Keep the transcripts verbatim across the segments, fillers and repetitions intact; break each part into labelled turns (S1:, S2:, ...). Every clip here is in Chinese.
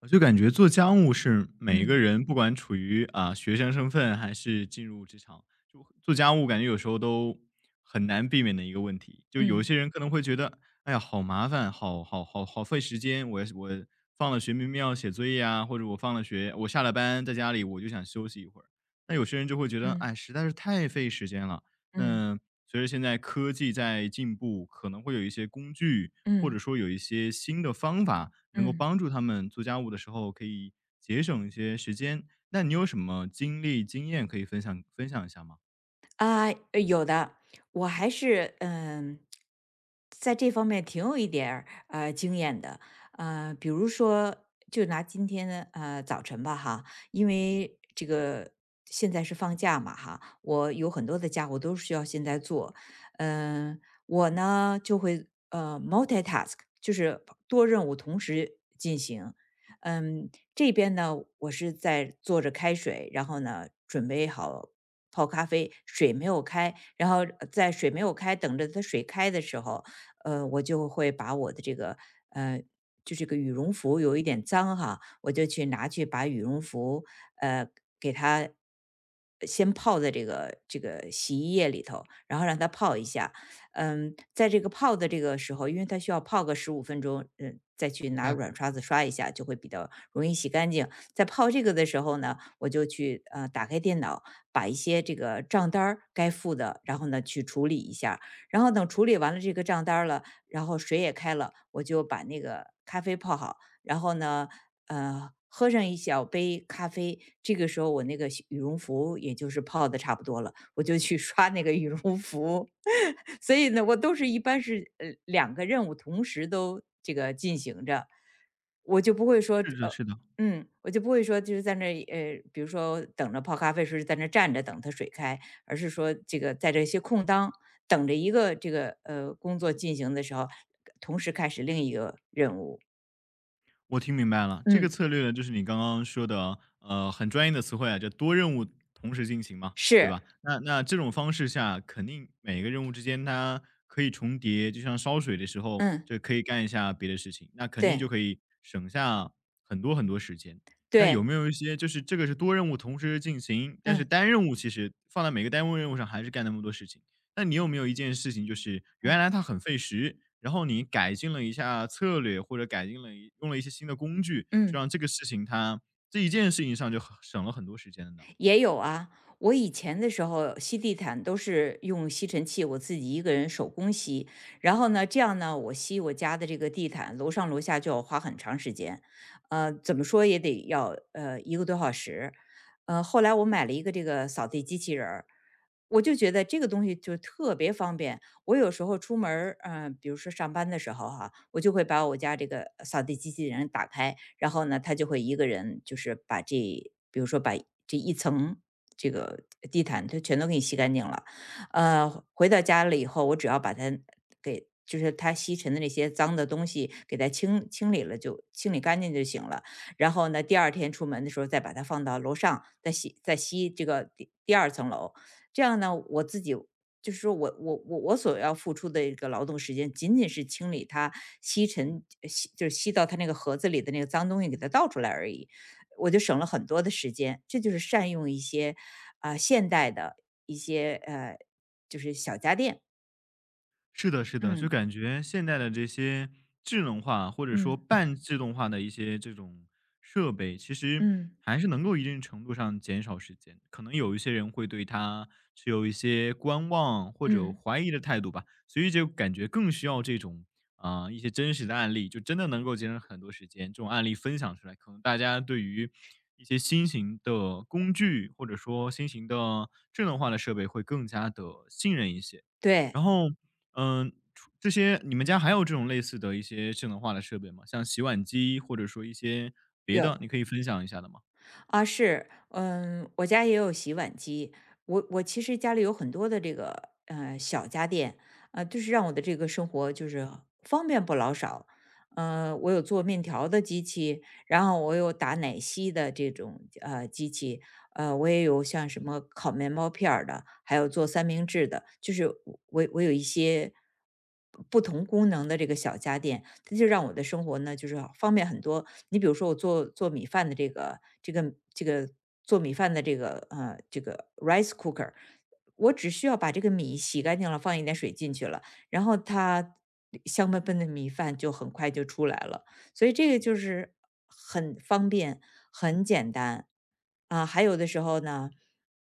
S1: 我就感觉做家务是每一个
S2: 嗯
S1: 人不管处于啊、学生身份还是进入职场，就做家务感觉有时候都很难避免的一个问题。就有一
S2: 嗯
S1: 些人可能会觉得，哎呀，好麻烦，好好好好费时间。我我放了学明明要写作业啊，或者我放了学，我下了班在家里我就想休息一会儿。那有些人就会觉得，哎，
S2: 嗯
S1: 实在是太费时间了。
S2: 嗯
S1: 那随着现在科技在进步，可能会有一些工具，或者
S2: 嗯
S1: 说有一些新的方法，能够
S2: 嗯。
S1: 帮助他们做家务的时候可以节省一些时间。那你有什么经历、经验可以分享分享一下吗？
S2: 啊，呃有的，我还是嗯，在这方面挺有一点儿呃经验的，呃，比如说，就拿今天的呃早晨吧哈，因为这个现在是放假嘛哈，我有很多的家务都需要现在做，嗯、我呢就会呃 multitask，就是多任务同时进行，嗯，这边呢，我是在做着开水，然后呢，准备好泡咖啡，水没有开，然后呃在水没有开，等着它水开的时候，呃，我就会把我的这个呃，就这个羽绒服有一点脏哈，我就去拿去把羽绒服呃给它呃先泡在这个这个洗衣液里头，然后让它泡一下。嗯，在这个泡的这个时候，因为它需要泡个十五分钟，嗯，再去
S1: 明
S2: 拿
S1: 白，
S2: 软刷子刷一下，就会比较容易洗干净。在泡这个的时候呢，我就去呃打开电脑，把一些这个账单儿该付的，然后呢去处理一下。然后等处理完了这个账单儿了，然后水也开了，我就把那个咖啡泡好，然后呢，呃，喝上一小杯咖啡。这个时候我那个羽绒服也就是泡的差不多了，我就去刷那个羽绒服。所以呢，我都是一般是呃两个任务同时都这个进行着，我就不会说
S1: 是的，
S2: 呃。
S1: 是的。
S2: 嗯，我就不会说就是在那儿呃，比如说等着泡咖啡时在那儿站着等它水开，而是说这个在这些空当等着一个这个呃工作进行的时候，同时开始另一个任务。
S1: 我听明白了，这个
S2: 嗯，
S1: 策略呢，就是你刚刚说的，呃，很专业的词汇啊，叫多任务同时进行嘛，对
S2: 是，
S1: 吧？那那这种方式下，肯定每个任务之间它可以重叠，就像烧水的时候，
S2: 嗯，
S1: 这可以干一下别的事情，那肯定就
S2: 对
S1: 可以省下很多很多时间。那有
S2: 对，
S1: 没有一些就是这个是多任务同时进行，但是
S2: 嗯
S1: 单任务其实放在每个单位任务上还是干那么多事情，那你有没有一件事情，就是原
S2: 嗯
S1: 来它很费时，然后你改进了一下策略，或者改进了一用了一些新的工具，就
S2: 嗯。
S1: 让这个事情它这一件事情上就很省了很多时间呢？
S2: 也有啊，我以前的时候吸地毯都是用吸尘器，我自己一个人手工吸。然后呢，这样呢，我吸我家的这个地毯，楼上楼下就要花很长时间，呃，怎么说也得要呃一个多小时。呃，后来我买了一个这个扫地机器人儿，我就觉得这个东西就特别方便。我有时候出门儿，嗯，比如说上班的时候哈，我就会把我家这个扫地机器人打开，然后呢，它就会一个人就是把这，比如说把这一层这个地毯，它全都给你吸干净了。呃，回到家了以后，我只要把它给就是它吸尘的那些脏的东西给它清清理了就清理干净就行了。然后呢，第二天出门的时候再把它放到楼上，再吸再吸这个第第二层楼。这样呢，我自己就是说我我我我所要付出的一个劳动时间，仅仅是清理它吸尘呃吸就是吸到它那个盒子里的那个脏东西，给它倒出来而已，我就省了很多的时间。这就是善用一些啊、现代的一些呃就是小家电，
S1: 是的，是的，就
S2: 嗯
S1: 感觉现在的这些智能化或者说
S2: 嗯
S1: 半自动化的一些这种设备，其实
S2: 嗯
S1: 还是能够一定程度上减少时间。可能有一些人会对它持有一些观望或者
S2: 嗯，
S1: 怀疑的态度吧，所以就感觉更需要这种啊、一些真实的案例，就真的能够节省很多时间。这种案例分享出来，可能大家对于一些新型的工具或者说新型的智能化的设备会更加的信任一些。
S2: 对，
S1: 然后嗯，除这些你们家还有这种类似的一些智能化的设备吗？像洗碗机或者说一些别
S2: 有
S1: 的，你可以分享一下的吗？
S2: 啊，是，嗯，我家也有洗碗机，我我其实家里有很多的这个呃小家电，啊、就是让我的这个生活就是方便不老少。呃，我有做面条的机器，然后我有打奶昔的这种呃机器，呃，我也有像什么烤面包片儿的，还有做三明治的，就是我我有一些不同功能的这个小家电，它就让我的生活呢，就是方便很多。你比如说我做做米饭的这个这个这个做米饭的这个呃这个 rice cooker，我只需要把这个米洗干净了，放一点水进去了，然后它香喷喷的米饭就很快就出来了。所以这个就是很方便、很简单啊。还有的时候呢，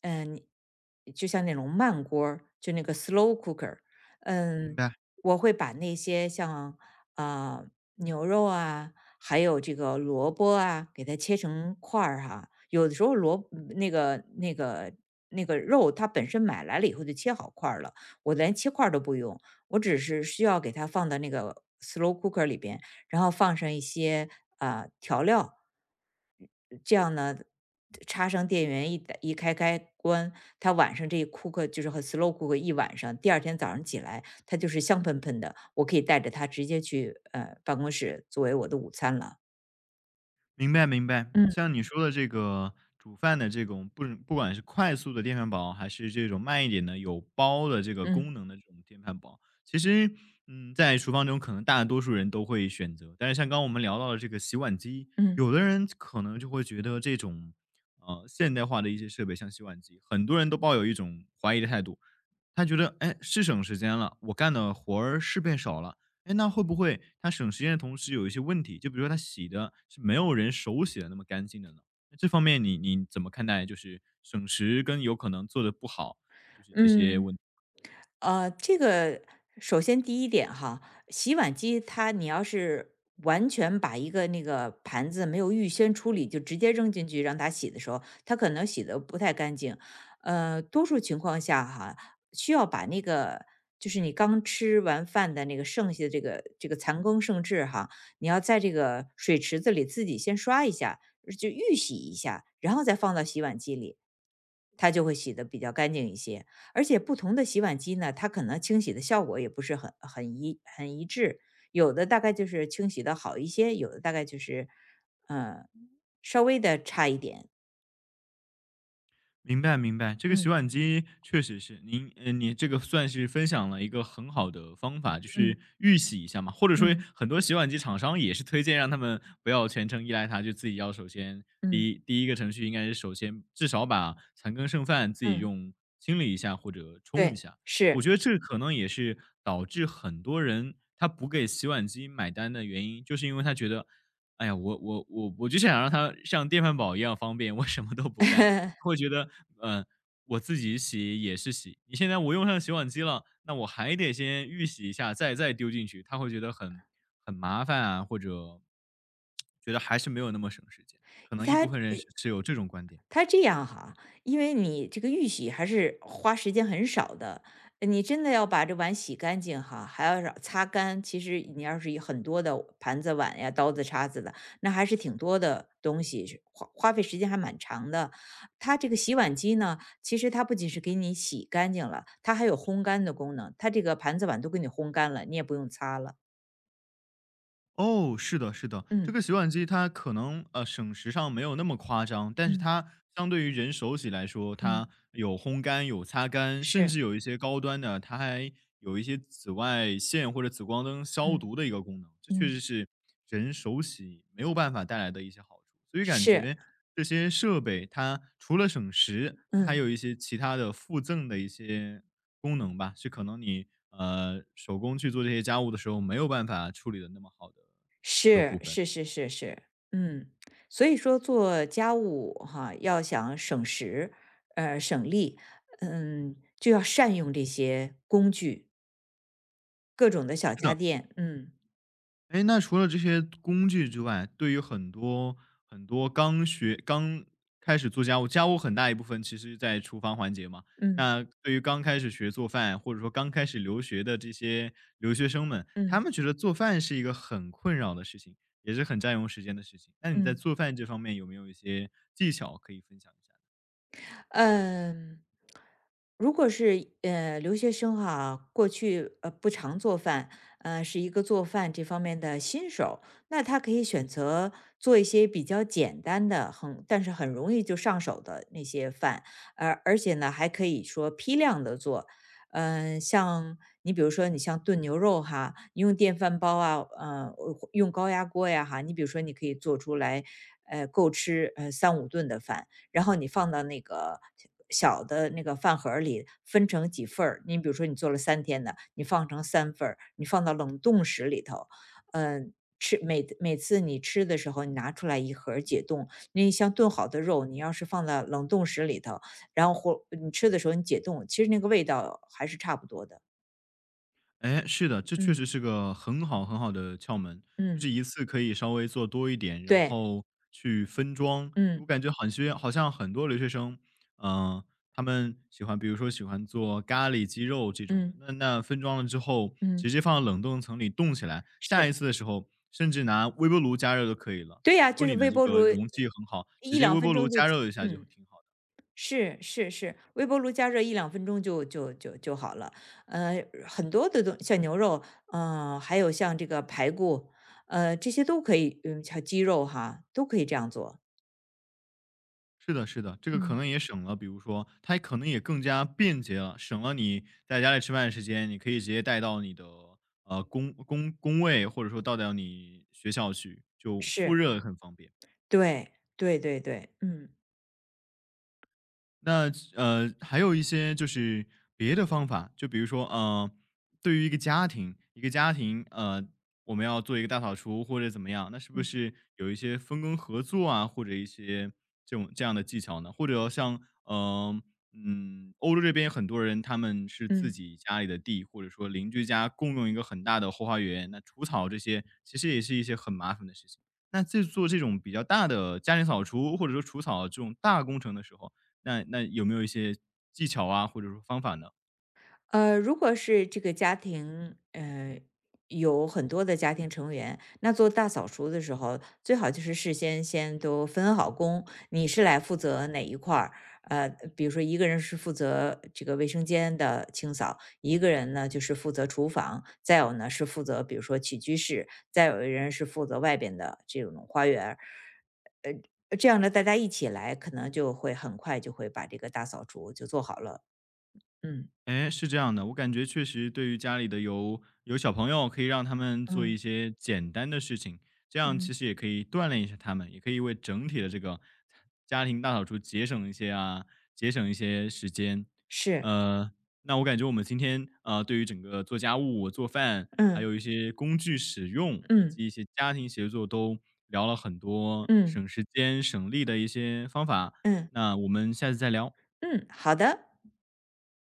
S2: 嗯，你就像那种慢锅儿就那个 slow cooker，
S1: 明
S2: 嗯，
S1: 白。
S2: 我会把那些像啊、呃牛肉啊，还有这个萝卜啊，给它切成块儿、哈。有的时候萝嗯那个那个那个肉，它本身买来了以后就切好块儿了，我连切块儿都不用，我只是需要给它放到那个 slow cooker 里边，然后放上一些啊调料，这样呢，插上电源一打一开开关，它晚上这一 cook 就是和 slow cook 一晚上，第二天早上起来它就是香喷喷的，我可以带着它直接去呃办公室作为我的午餐了。
S1: 明白明白，
S2: 嗯
S1: 像你说的这个煮饭的这种，不不管是快速的电饭煲，还是这种慢一点的有煲的这个功
S2: 嗯
S1: 能的这种电饭煲，其实，嗯，在厨房中可能大多数人都会选择。但是像刚刚我们聊到的这个洗碗机，
S2: 嗯
S1: 有的人可能就会觉得这种，呃，现代化的一些设备，像洗碗机，很多人都抱有一种怀疑的态度，他觉得，哎，是省时间了，我干的活儿是变少了。哎，那会不会它省时间的同时有一些问题？就比如说它洗的是没有人手洗的那么干净的呢？那这方面你你怎么看待就是省时跟有可能做的不好，就是这些
S2: 嗯。
S1: 问题？
S2: 呃，这个首先第一点哈，洗碗机它你要是完全把一个那个盘子没有预先处理就直接扔进去让它洗的时候，它可能洗的不太干净。呃，多数情况下哈，需要把那个就是你刚吃完饭的那个剩下的这个这个残羹剩炙哈，你要在这个水池子里自己先刷一下，就预洗一下，然后再放到洗碗机里，它就会洗的比较干净一些。而且不同的洗碗机呢，它可能清洗的效果也不是很很一很一致，有的大概就是清洗的好一些，有的大概就是，呃，稍微的差一点。
S1: 明白明白，这个洗
S2: 嗯
S1: 碗机确实是您，呃，你这个算是分享了一个很好的方法，就是
S2: 嗯
S1: 预洗一下嘛，或者说
S2: 嗯
S1: 很多洗碗机厂商也是推荐让他们不要全程依赖它，就自己要首先
S2: 嗯
S1: 第
S2: 嗯
S1: 一第一个程序应该是首先至少把残羹剩饭自己
S2: 嗯，
S1: 用清理一下或者冲一
S2: 对，
S1: 下。我
S2: 是，
S1: 觉得这可能也是导致很多人他不给洗碗机买单的原因，就是因为他觉得，哎呀，我我我我就想让它像电饭煲一样方便，我什么都不干。会觉得，嗯，我自己洗也是洗，你现在我用上洗碗机了，那我还得先预洗一下，再再丢进去，他会觉得很很麻烦啊，或者觉得还是没有那么省时间。可能一部分人
S2: 它
S1: 是持有这种观点。
S2: 它这样哈，因为你这个预洗还是花时间很少的，你真的要把这碗洗干净哈，还要让擦干。其实你要是有很多的盘子、碗呀、刀子、叉子的，那还是挺多的东西，是花花费时间还蛮长的。它这个洗碗机呢，其实它不仅是给你洗干净了，它还有烘干的功能。它这个盘子、碗都给你烘干了，你也不用擦了。
S1: 哦，是的，是的，这
S2: 嗯
S1: 个洗碗机它可能呃省时上没有那么夸张，但是
S2: 嗯
S1: 它相对于人手洗来说，它
S2: 嗯，
S1: 有烘干、有擦干，甚
S2: 是，
S1: 至有一些高端的，它还有一些紫外线或者紫光灯消
S2: 嗯
S1: 毒的一个功能，这确实
S2: 嗯，
S1: 是人手洗没有办法带来的一些好处。所以感觉
S2: 是，
S1: 这些设备它除了省时，它还
S2: 嗯。
S1: 有一些其他的附赠的一些功能吧，是可能你，呃，手工去做这些家务的时候没有办法处理的那么好的一个部
S2: 是
S1: 分。
S2: 是是是是，嗯，所以说做家务哈，要想省时，呃，省力，嗯，就要善用这些工具，各种的
S1: 是
S2: 小家
S1: 的，
S2: 电，嗯
S1: 哎，那除了这些工具之外，对于很多很多刚学刚开始做家务，家务很大一部分其实在厨房环节嘛。
S2: 嗯
S1: 那对于刚开始学做饭，或者说刚开始留学的这些留学生们，他
S2: 嗯
S1: 们觉得做饭是一个很困扰的事情，也是很占用时间的事情。那你在
S2: 嗯。
S1: 做饭这方面有没有一些技巧可以分享一下？
S2: 嗯，如果是呃留学生哈，过去呃不常做饭，呃是一个做饭这方面的新手，那他可以选择做一些比较简单的，很但是很容易就上手的那些饭，而、而且呢还可以说批量的做。嗯、像你比如说，你像炖牛肉哈，你用电饭煲啊，呃，用高压锅呀哈，你比如说你可以做出来，呃，够吃呃三五顿的饭。然后你放到那个小的那个饭盒儿里，分成几份儿。你比如说你做了三天的，你放成三份儿，你放到冷冻室里头。嗯，吃每每次你吃的时候，你拿出来一盒儿解冻。那像炖好的肉，你要是放在冷冻室里头，然后或你吃的时候你解冻，其实那个味道还是差不多的。
S1: 哎，是的，这确
S2: 嗯，
S1: 实是个很好很好的窍门，就
S2: 嗯，
S1: 是一次可以稍微做多一点，然
S2: 对，
S1: 后去分装。
S2: 嗯，
S1: 我感觉好像好像很多留学生，嗯、他们喜欢，比如说喜欢做咖喱鸡肉这种的，
S2: 嗯，
S1: 那那分装了之后，直
S2: 嗯，
S1: 接放到冷冻层里冻起来，下一
S2: 是。
S1: 次的时候，甚至拿微波炉加热都可以了。
S2: 对呀，
S1: 如果
S2: 就是
S1: 你的
S2: 微
S1: 这
S2: 波
S1: 个
S2: 炉一
S1: 容器很好，直
S2: 一
S1: 接
S2: 两
S1: 微波
S2: 分
S1: 炉
S2: 钟就
S1: 加
S2: 解
S1: 热一下就
S2: 嗯。
S1: 挺好的。
S2: 是是是，微波炉加热一两分钟就就就就好了。呃，很多的东像牛肉，呃，还有像这个排骨，呃，这些都可以嗯，像鸡肉哈，都可以这样做。
S1: 是的，是的，这个可
S2: 嗯。
S1: 能也省了，比如说，它可能也更加便捷了，省了你在家里吃饭的时间，你可以直接带到你的呃工工工位，或者说带到你学校去，就复
S2: 是，
S1: 热很方便。
S2: 对，对对对，嗯。
S1: 那呃，还有一些就是别的方法，就比如说，呃，对于一个家庭，一个家庭，呃，我们要做一个大扫除或者怎么样，那是不
S2: 嗯，
S1: 是有一些分工合作啊，或者一些这种这样的技巧呢？或者像，呃，嗯，欧洲这边很多人他们是自
S2: 嗯。
S1: 己家里的地，或者说邻居家共用一个很大的后花园，那除草这些其实也是一些很麻烦的事情。那在做这种比较大的家庭扫除或者说除草这种大工程的时候，那那有没有一些技巧啊，或者说方法呢？
S2: 呃，如果是这个家庭，呃，有很多的家庭成员，那做大扫除的时候，最好就是事先先都分好工，你是来负责哪一块儿？呃，比如说一个人是负责这个卫生间的清扫，一个人呢就是负责厨房，再有呢是负责比如说起居室，再有一人是负责外边的这种花园儿呃，这样呢大家一起来，可能就会很快就会把这个大扫除就做好了。嗯
S1: 哎，是这样的，我感觉确实对于家里的有有小朋友，可以让他们做一
S2: 嗯
S1: 些简单的事情，这样其
S2: 嗯。
S1: 实也可以锻炼一下他们，也可以为整体的这个家庭大扫除节省一些啊，节省一些时间。
S2: 是，
S1: 呃，那我感觉我们今天呃，对于整个做家务、做饭，还
S2: 嗯，
S1: 有一些工具使用，以
S2: 嗯，
S1: 及一些家庭协作，都聊了很多
S2: 嗯，
S1: 省时间、省力的一些方法。
S2: 嗯，
S1: 那我们下次再聊。
S2: 嗯，好的。